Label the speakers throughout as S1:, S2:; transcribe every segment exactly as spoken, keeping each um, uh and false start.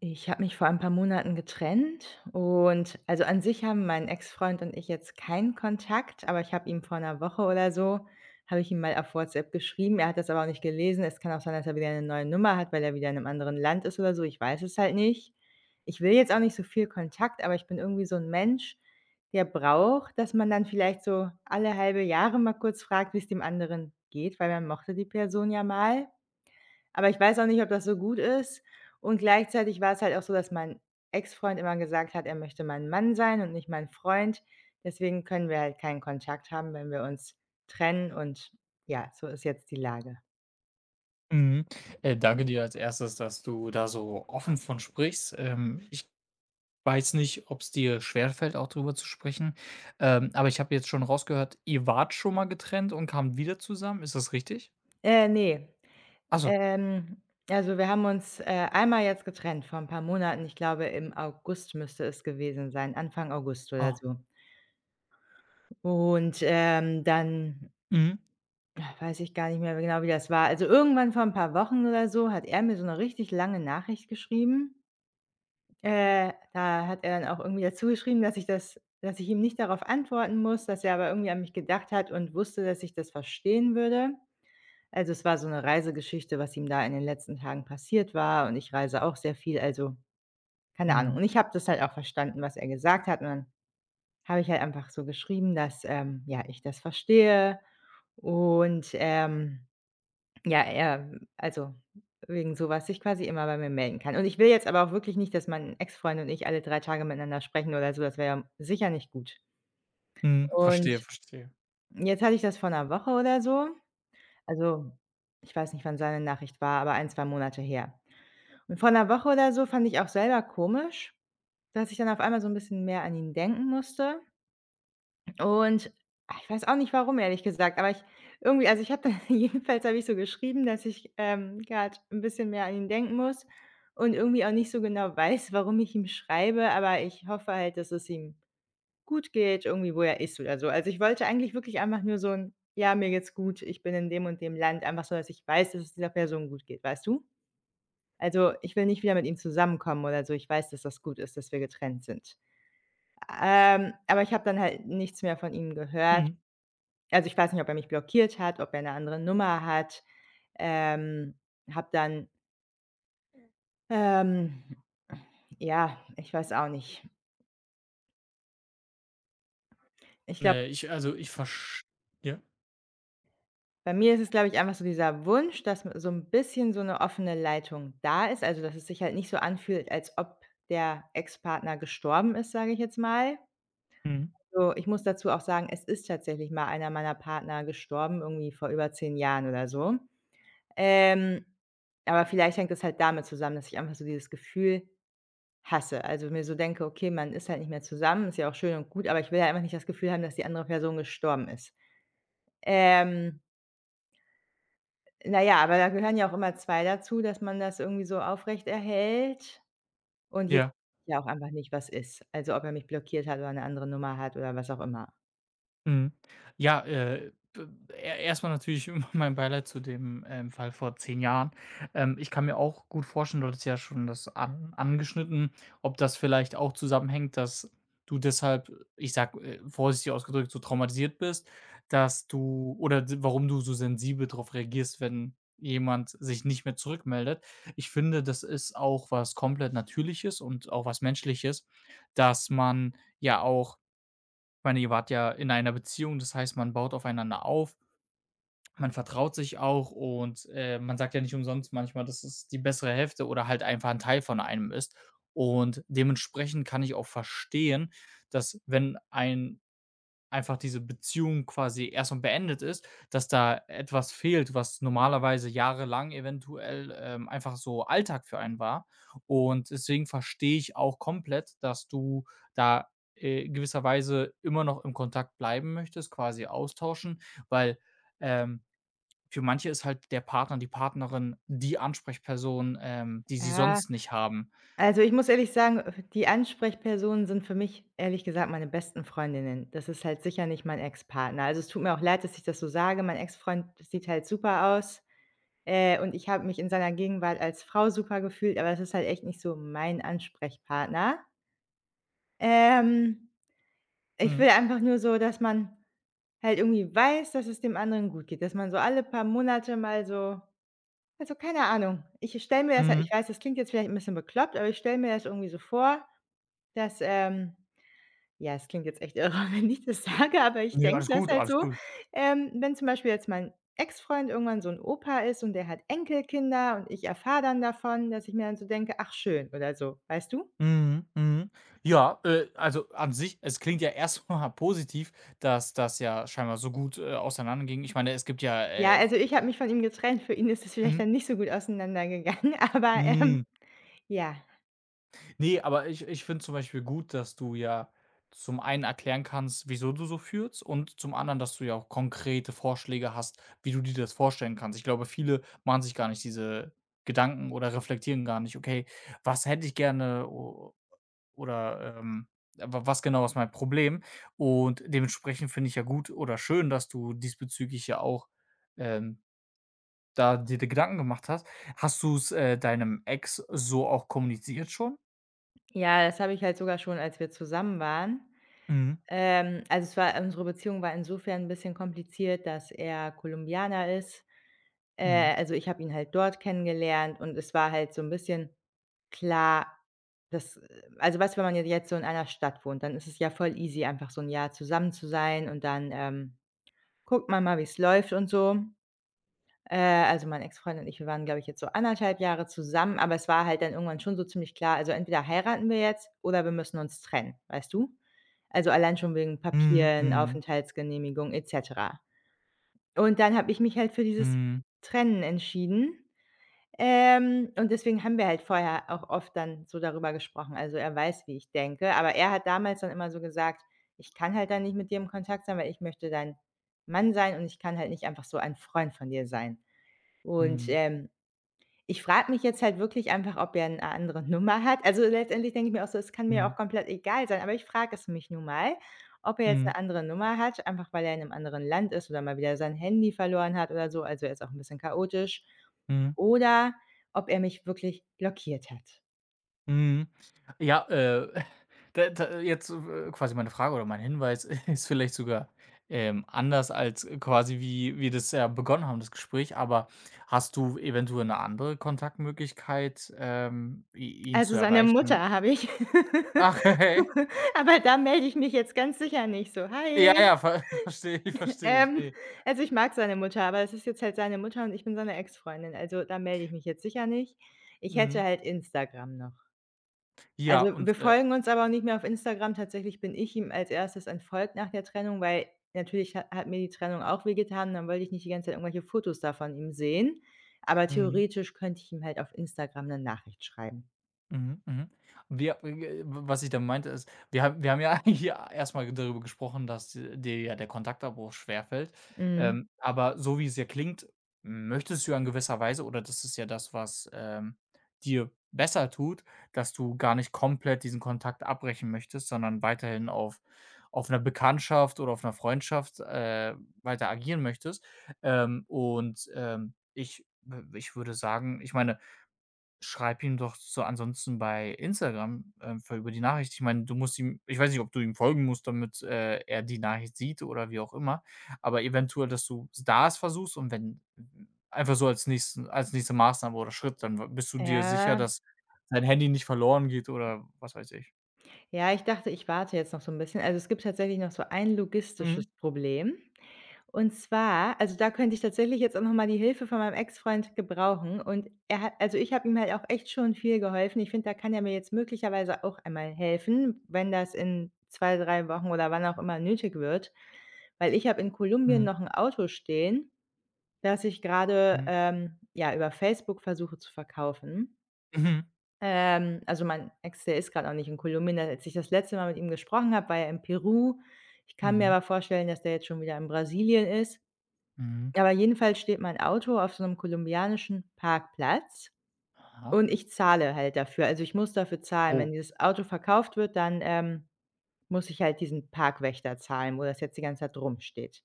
S1: Ich habe mich vor ein paar Monaten getrennt und also an sich haben mein Ex-Freund und ich jetzt keinen Kontakt, aber ich habe ihm vor einer Woche oder so habe ich ihm mal auf WhatsApp geschrieben. Er hat das aber auch nicht gelesen. Es kann auch sein, dass er wieder eine neue Nummer hat, weil er wieder in einem anderen Land ist oder so. Ich weiß es halt nicht. Ich will jetzt auch nicht so viel Kontakt, aber ich bin irgendwie so ein Mensch, der braucht, dass man dann vielleicht so alle halbe Jahre mal kurz fragt, wie es dem anderen geht, weil man mochte die Person ja mal. Aber ich weiß auch nicht, ob das so gut ist und gleichzeitig war es halt auch so, dass mein Ex-Freund immer gesagt hat, er möchte mein Mann sein und nicht mein Freund. Deswegen können wir halt keinen Kontakt haben, wenn wir uns trennen und ja, so ist jetzt die Lage.
S2: Mhm. Äh, danke dir als Erstes, dass du da so offen von sprichst. Ähm, ich weiß nicht, ob es dir schwerfällt, auch drüber zu sprechen, ähm, aber ich habe jetzt schon rausgehört, ihr wart schon mal getrennt und kamt wieder zusammen. Ist das richtig?
S1: Äh, ne,
S2: Ach so.
S1: ähm, also, wir haben uns, äh, einmal jetzt getrennt vor ein paar Monaten. Ich glaube, im August müsste es gewesen sein, Anfang August oder
S2: Ah.
S1: so. Und, ähm, dann
S2: Mhm.
S1: ach, weiß ich gar nicht mehr genau, wie das war. Also, irgendwann vor ein paar Wochen oder so hat er mir so eine richtig lange Nachricht geschrieben. Äh, da hat er dann auch irgendwie dazu geschrieben, dass ich das dass ich ihm nicht darauf antworten muss, dass er aber irgendwie an mich gedacht hat und wusste, dass ich das verstehen würde. Also, es war so eine Reisegeschichte, was ihm da in den letzten Tagen passiert war und ich reise auch sehr viel, also, keine Ahnung.
S2: Mhm.
S1: Und ich habe das halt auch verstanden, was er gesagt hat und dann habe ich halt einfach so geschrieben, dass, ähm, ja, ich das verstehe und, ähm ja, er also, wegen sowas sich quasi immer bei mir melden kann. Und ich will jetzt aber auch wirklich nicht, dass mein Ex-Freund und ich alle drei Tage miteinander sprechen oder so, das wäre ja sicher nicht gut.
S2: Mhm. Verstehe,
S1: Und
S2: verstehe.
S1: jetzt hatte ich das vor einer Woche oder so. Also, ich weiß nicht, wann seine Nachricht war, aber ein zwei Monate her. Und vor einer Woche oder so fand ich auch selber komisch, dass ich dann auf einmal so ein bisschen mehr an ihn denken musste. Und, ah, ich weiß auch nicht warum, ehrlich gesagt, aber ich irgendwie also, ich habe dann jedenfalls habe ich so geschrieben, dass ich, ähm, grad 'n bisschen mehr an ihn denken muss und irgendwie auch nicht so genau weiß, warum ich ihm schreibe, aber ich hoffe halt, dass es ihm gut geht, irgendwie, wo er ist oder so. Also, ich wollte eigentlich wirklich einfach nur so ein „Ja, mir geht's gut, ich bin in dem und dem Land", einfach so, dass ich weiß, dass es dieser Person gut geht, weißt du? Also, ich will nicht wieder mit ihm zusammenkommen oder so. Ich weiß, dass das gut ist, dass wir getrennt sind. Ähm, aber ich habe dann halt nichts mehr von ihm gehört.
S2: Mhm.
S1: Also, ich weiß nicht, ob er mich blockiert hat, ob er eine andere Nummer hat. Ähm, habe dann, ähm ja, ich weiß auch nicht. Ich glaube,
S2: Ne, ich also, ich verstehe, ja?
S1: bei mir ist es, glaube ich, einfach so dieser Wunsch, dass so ein bisschen so eine offene Leitung da ist, also, dass es sich halt nicht so anfühlt, als ob der Ex-Partner gestorben ist, sage ich jetzt mal.
S2: Mhm.
S1: So, ich muss dazu auch sagen, es ist tatsächlich mal einer meiner Partner gestorben, irgendwie vor über zehn Jahren oder so. Ähm, aber vielleicht hängt es halt damit zusammen, dass ich einfach so dieses Gefühl hasse. Also, mir so denke: „Okay, man ist halt nicht mehr zusammen, ist ja auch schön und gut, aber ich will ja einfach nicht das Gefühl haben, dass die andere Person gestorben ist." Ähm, na ja, aber da gehören ja auch immer zwei dazu, dass man das irgendwie so aufrecht erhält. Und jetzt
S2: Ja.
S1: ja auch einfach nicht, was ist. Also, ob er mich blockiert hat oder eine andere Nummer hat oder was auch immer.
S2: Mhm. Ja, äh, b e erst natürlich mein Beileid zu dem, ähm, Fall vor zehn Jahren. Ähm, ich kann mir auch gut vorstellen, du hattest ja schon das an angeschnitten, ob das vielleicht auch zusammenhängt, dass du deshalb, ich sag, äh, vorsichtig ausgedrückt, so traumatisiert bist, dass du oder d warum du so sensibel darauf reagierst, wenn jemand sich nicht mehr zurückmeldet. Ich finde, das ist auch was komplett Natürliches und auch was Menschliches, dass man ja auch, ich meine, ihr wart ja in einer Beziehung, das heißt, man baut aufeinander auf, man vertraut sich auch und, äh, man sagt ja nicht umsonst manchmal, dass es die bessere Hälfte oder halt einfach ein Teil von einem ist. Und dementsprechend kann ich auch verstehen, dass wenn ein Einfach diese Beziehung quasi erst mal beendet ist, dass da etwas fehlt, was normalerweise jahrelang eventuell, ähm, einfach so Alltag für einen war. Und deswegen verstehe ich auch komplett, dass du da, äh, gewisserweise immer noch im Kontakt bleiben möchtest, quasi austauschen, weil, ähm, für manche ist halt der Partner, die Partnerin die Ansprechperson, ähm, die sie
S1: Ja,
S2: sonst nicht haben.
S1: also, ich muss ehrlich sagen, äh, die Ansprechpersonen sind für mich ehrlich gesagt meine besten Freundinnen. Das ist halt sicher nicht mein Ex-Partner. Also, es tut mir auch leid, dass ich das so sage. Mein Ex-Freund sieht halt super aus. Äh, und ich habe mich in seiner Gegenwart als Frau super gefühlt, aber das ist halt echt nicht so mein Ansprechpartner. Ähm, Ich
S2: Mhm.
S1: will einfach nur so, dass man halt irgendwie weiß, dass es dem anderen gut geht, dass man so alle paar Monate mal so also, keine Ahnung. Ich stelle mir das halt
S2: Mhm.
S1: ich weiß, das klingt jetzt vielleicht 'n bisschen bekloppt, aber ich stelle mir das irgendwie so vor, dass, ähm ja, es klingt jetzt echt irre, wenn ich das sage, aber ich
S2: Ne,
S1: denke
S2: alles
S1: das
S2: gut,
S1: halt
S2: alles
S1: so.
S2: gut.
S1: Ähm, wenn zum Beispiel jetzt mein Ex-Freund irgendwann so ein Opa ist und der hat Enkelkinder und ich erfahre dann davon, dass ich mir dann so denke: „Ach schön" oder so, weißt du?
S2: Mhm, mhm. Ja, äh, also an sich, es klingt ja erstmal positiv, dass das ja scheinbar so gut, äh, auseinanderging. Ich meine, es gibt ja,
S1: Ja,
S2: äh
S1: also, ich habe mich von ihm getrennt, für ihn ist es vielleicht
S2: mhm,
S1: dann nicht so gut auseinandergegangen, aber, ähm,
S2: mhm.
S1: ja.
S2: Ne, aber ich ich finde zum Beispiel gut, dass du ja zum einen erklären kannst, wieso du so fühlst und zum anderen, dass du ja auch konkrete Vorschläge hast, wie du dir das vorstellen kannst. Ich glaube, viele machen sich gar nicht diese Gedanken oder reflektieren gar nicht: „Okay, was hätte ich gerne Oder, ähm, äh, wa was genau ist mein Problem?“ Und dementsprechend finde ich ja gut oder schön, dass du diesbezüglich ja auch, ähm, da dir die Gedanken gemacht hast. Hast du's, äh, deinem Ex so auch kommuniziert schon?
S1: Ja, das habe ich halt sogar schon, als wir zusammen waren.
S2: Mhm,
S1: Ähm, also, es war unsere Beziehung war insofern ein bisschen kompliziert, dass er Kolumbianer ist.
S2: mhm,
S1: Äh, also, ich habe ihn halt dort kennengelernt und es war halt so ein bisschen. Klar, das äh, also, weißt du, wenn man ja jetzt so in einer Stadt wohnt, dann ist es ja voll easy, einfach so ein Jahr zusammen zu sein und dann, ähm, guckt man mal, wie es läuft und so. Äh, also, mein Ex-Freund und ich, wir waren, glaube ich, jetzt so anderthalb Jahre zusammen, aber es war halt dann irgendwann schon so ziemlich klar, also, entweder heiraten wir jetzt oder wir müssen uns trennen, weißt du? Also, allein schon wegen
S2: mhm,
S1: Papieren,
S2: mhm,
S1: Aufenthaltsgenehmigung et cetera. Und dann habe ich mich halt für dieses
S2: mhm,
S1: Trennen entschieden. Ähm, und deswegen haben wir halt vorher auch oft dann so darüber gesprochen. Also, er weiß, wie ich denke, aber er hat damals dann immer so gesagt: „Ich kann halt dann nicht mit dir im Kontakt sein, weil ich möchte dein Mann sein und ich kann halt nicht einfach so ein Freund von dir sein." Und,
S2: mhm,
S1: ähm, ich frage mich jetzt halt wirklich einfach, ob er eine andere Nummer hat. Also, letztendlich denke ich mir auch so, es kann mir
S2: mhm,
S1: auch komplett egal sein, aber ich frage es mich nun mal, ob er jetzt
S2: mhm,
S1: eine andere Nummer hat, einfach weil er in einem anderen Land ist oder mal wieder sein Handy verloren hat oder so. Also, er ist auch ein bisschen chaotisch
S2: mhm.
S1: oder ob er mich wirklich blockiert hat.
S2: Mhm. Ja, äh, da da jetzt, äh, quasi meine Frage oder mein Hinweis ist vielleicht sogar, ähm, anders als äh, quasi wie wir das ja begonnen haben, das Gespräch, aber hast du eventuell eine andere Kontaktmöglichkeit, ähm, i ihn zu
S1: Also, seine
S2: erreichen?
S1: Mutter habe ich
S2: Ach, hey.
S1: aber da melde ich mich jetzt ganz sicher nicht so:
S2: Ja,
S1: „Hi."
S2: ja, ver verstehe ich, verstehe ich.
S1: Ähm,
S2: Ne.
S1: also, ich mag seine Mutter, aber es ist jetzt halt seine Mutter und ich bin seine Ex-Freundin, also, da melde ich mich jetzt sicher nicht. Ich hätte
S2: Mhm.
S1: halt Instagram noch.
S2: Ja,
S1: Also, wir
S2: und, äh
S1: folgen uns aber auch nicht mehr auf Instagram. Tatsächlich bin ich ihm als Erstes entfolgt nach der Trennung, weil natürlich ha hat mir die Trennung auch wehgetan. Dann wollte ich nicht die ganze Zeit irgendwelche Fotos da von ihm sehen. Aber
S2: mhm.
S1: theoretisch könnte ich ihm halt auf Instagram eine Nachricht schreiben.
S2: Mhm, mhm. Wir äh, was ich da meinte, ist, wir haben wir haben ja hier erst darüber gesprochen, dass dir ja der Kontaktabbruch schwerfällt.
S1: Mhm.
S2: Ähm, aber so wie es ja klingt, möchtest du ja in gewisser Weise oder das ist ja das, was, ähm, dir besser tut, dass du gar nicht komplett diesen Kontakt abbrechen möchtest, sondern weiterhin auf auf 'ner Bekanntschaft oder auf einer Freundschaft, äh, weiter agieren möchtest. Ähm, und, ähm, ich ich würde sagen, ich meine, schreib ihm doch so ansonsten bei Instagram, ähm, für über die Nachricht. Ich meine, du musst ihm, ich weiß nicht, ob du ihm folgen musst, damit, äh, er die Nachricht sieht oder wie auch immer, aber eventuell, dass du das versuchst und wenn einfach so als nächsten als nächste Maßnahme oder Schritt, dann w bist du dir sicher,
S1: Ja.
S2: dass dein Handy nicht verloren geht oder was weiß ich.
S1: Ja, ich dachte, ich warte jetzt noch so 'n bisschen. Also, es gibt tatsächlich noch so ein
S2: Mhm,
S1: logistisches Problem. Und zwar also, da könnte ich tatsächlich jetzt auch noch mal die Hilfe von meinem Ex-Freund gebrauchen. Und er hat Also, ich habe ihm halt auch echt schon viel geholfen. Ich finde, da kann er mir jetzt möglicherweise auch einmal helfen, wenn das in zwei, drei Wochen oder wann auch immer nötig wird. Weil ich habe in Kolumbien
S2: mhm,
S1: noch 'n Auto stehen, das ich grade,
S2: mhm,
S1: ähm, ja, über Facebook versuche zu verkaufen.
S2: mhm,
S1: Ähm, also mein Ex, der ist gerade auch nicht in Kolumbien. Als ich das letzte Mal mit ihm gesprochen habe, war er in Peru. Ich kann mir
S2: mhm,
S1: aber vorstellen, dass der jetzt schon wieder in Brasilien ist.
S2: mhm.
S1: Aber jedenfalls steht mein Auto auf so einem kolumbianischen Parkplatz
S2: Aha.
S1: und ich zahle halt dafür. Also, ich muss dafür zahlen.
S2: Oh.
S1: Wenn dieses Auto verkauft wird, dann, ähm muss ich halt diesen Parkwächter zahlen, wo das jetzt die ganze Zeit rumsteht.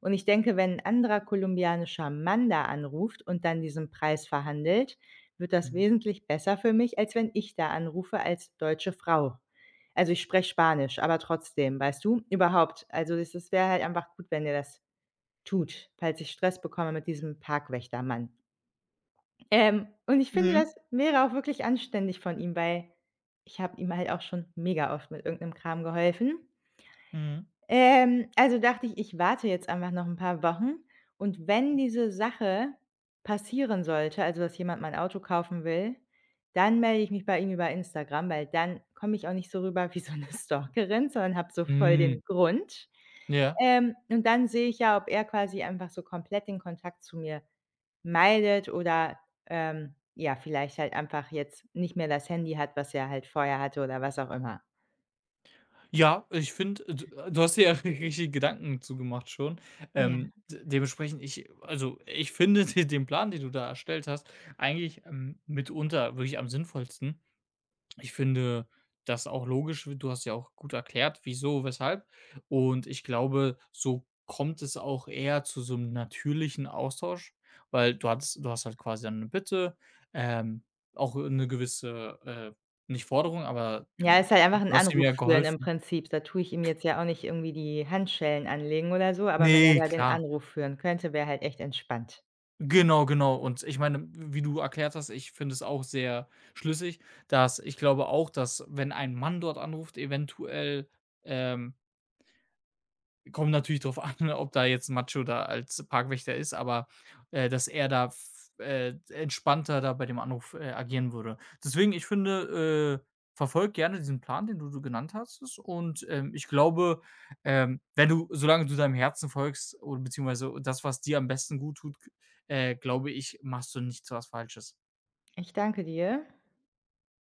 S1: Und ich denke, wenn ein anderer kolumbianischer Mann da anruft und dann diesen Preis verhandelt, wird das
S2: Mhm.
S1: wesentlich besser für mich, als wenn ich da anrufe als deutsche Frau. Also, ich spreche Spanisch, aber trotzdem, weißt du? Überhaupt, also, das das wäre halt einfach gut, wenn der das tut, falls ich Stress bekomme mit diesem Parkwächtermann. Ähm, und ich finde,
S2: Mhm,
S1: das wäre auch wirklich anständig von ihm, weil ich habe ihm halt auch schon mega oft mit irgendeinem Kram geholfen.
S2: mhm.
S1: Ähm, also dachte ich, ich warte jetzt einfach noch ein paar Wochen und wenn diese Sache passieren sollte, also dass jemand mein Auto kaufen will, dann melde ich mich bei ihm über Instagram, weil dann komme ich auch nicht so rüber wie so 'ne Stalkerin, sondern habe so voll
S2: Hm,
S1: den Grund.
S2: ja.
S1: Ähm, und dann sehe ich ja, ob er quasi einfach so komplett den Kontakt zu mir meidet oder, ähm, ja, vielleicht halt einfach jetzt nicht mehr das Handy hat, was er halt vorher hatte oder was auch immer.
S2: Ja, ich finde, d du hast dir ja richtig Gedanken zugemacht schon.
S1: Ja.
S2: Ähm, d dementsprechend, ich also, ich finde de den Plan, den du da erstellt hast, eigentlich, ähm, mitunter wirklich am sinnvollsten. Ich finde das auch logisch. Du hast ja auch gut erklärt, wieso, weshalb. Und ich glaube, so kommt es auch eher zu so 'nem natürlichen Austausch, weil du hast, du hast halt quasi dann 'ne Bitte, ähm, auch eine gewisse, äh, nicht Forderung, aber,
S1: Ja,
S2: hm,
S1: ist halt einfach 'n
S2: du hast ihm ja
S1: Anruf führen im
S2: geholfen.
S1: Prinzip. Da tue ich ihm jetzt ja auch nicht irgendwie die Handschellen anlegen oder so, aber wenn er
S2: Ne,
S1: da den
S2: klar.
S1: Anruf führen könnte, wäre halt echt entspannt.
S2: Genau, genau. Und ich meine, wie du erklärt hast, ich finde es auch sehr schlüssig, dass, ich glaube auch, dass wenn ein Mann dort anruft, eventuell, ähm, kommt natürlich drauf an, ob da jetzt Macho da als Parkwächter ist, aber, äh, dass er da f äh, entspannter da bei dem Anruf, äh, agieren würde. Deswegen, ich finde, äh, verfolge gerne diesen Plan, den du du genannt hast, und, ähm, ich glaube, ähm, wenn du solange du deinem Herzen folgst oder beziehungsweise das, was dir am besten gut tut, äh, glaube ich, machst du nichts, was Falsches.
S1: Ich danke dir.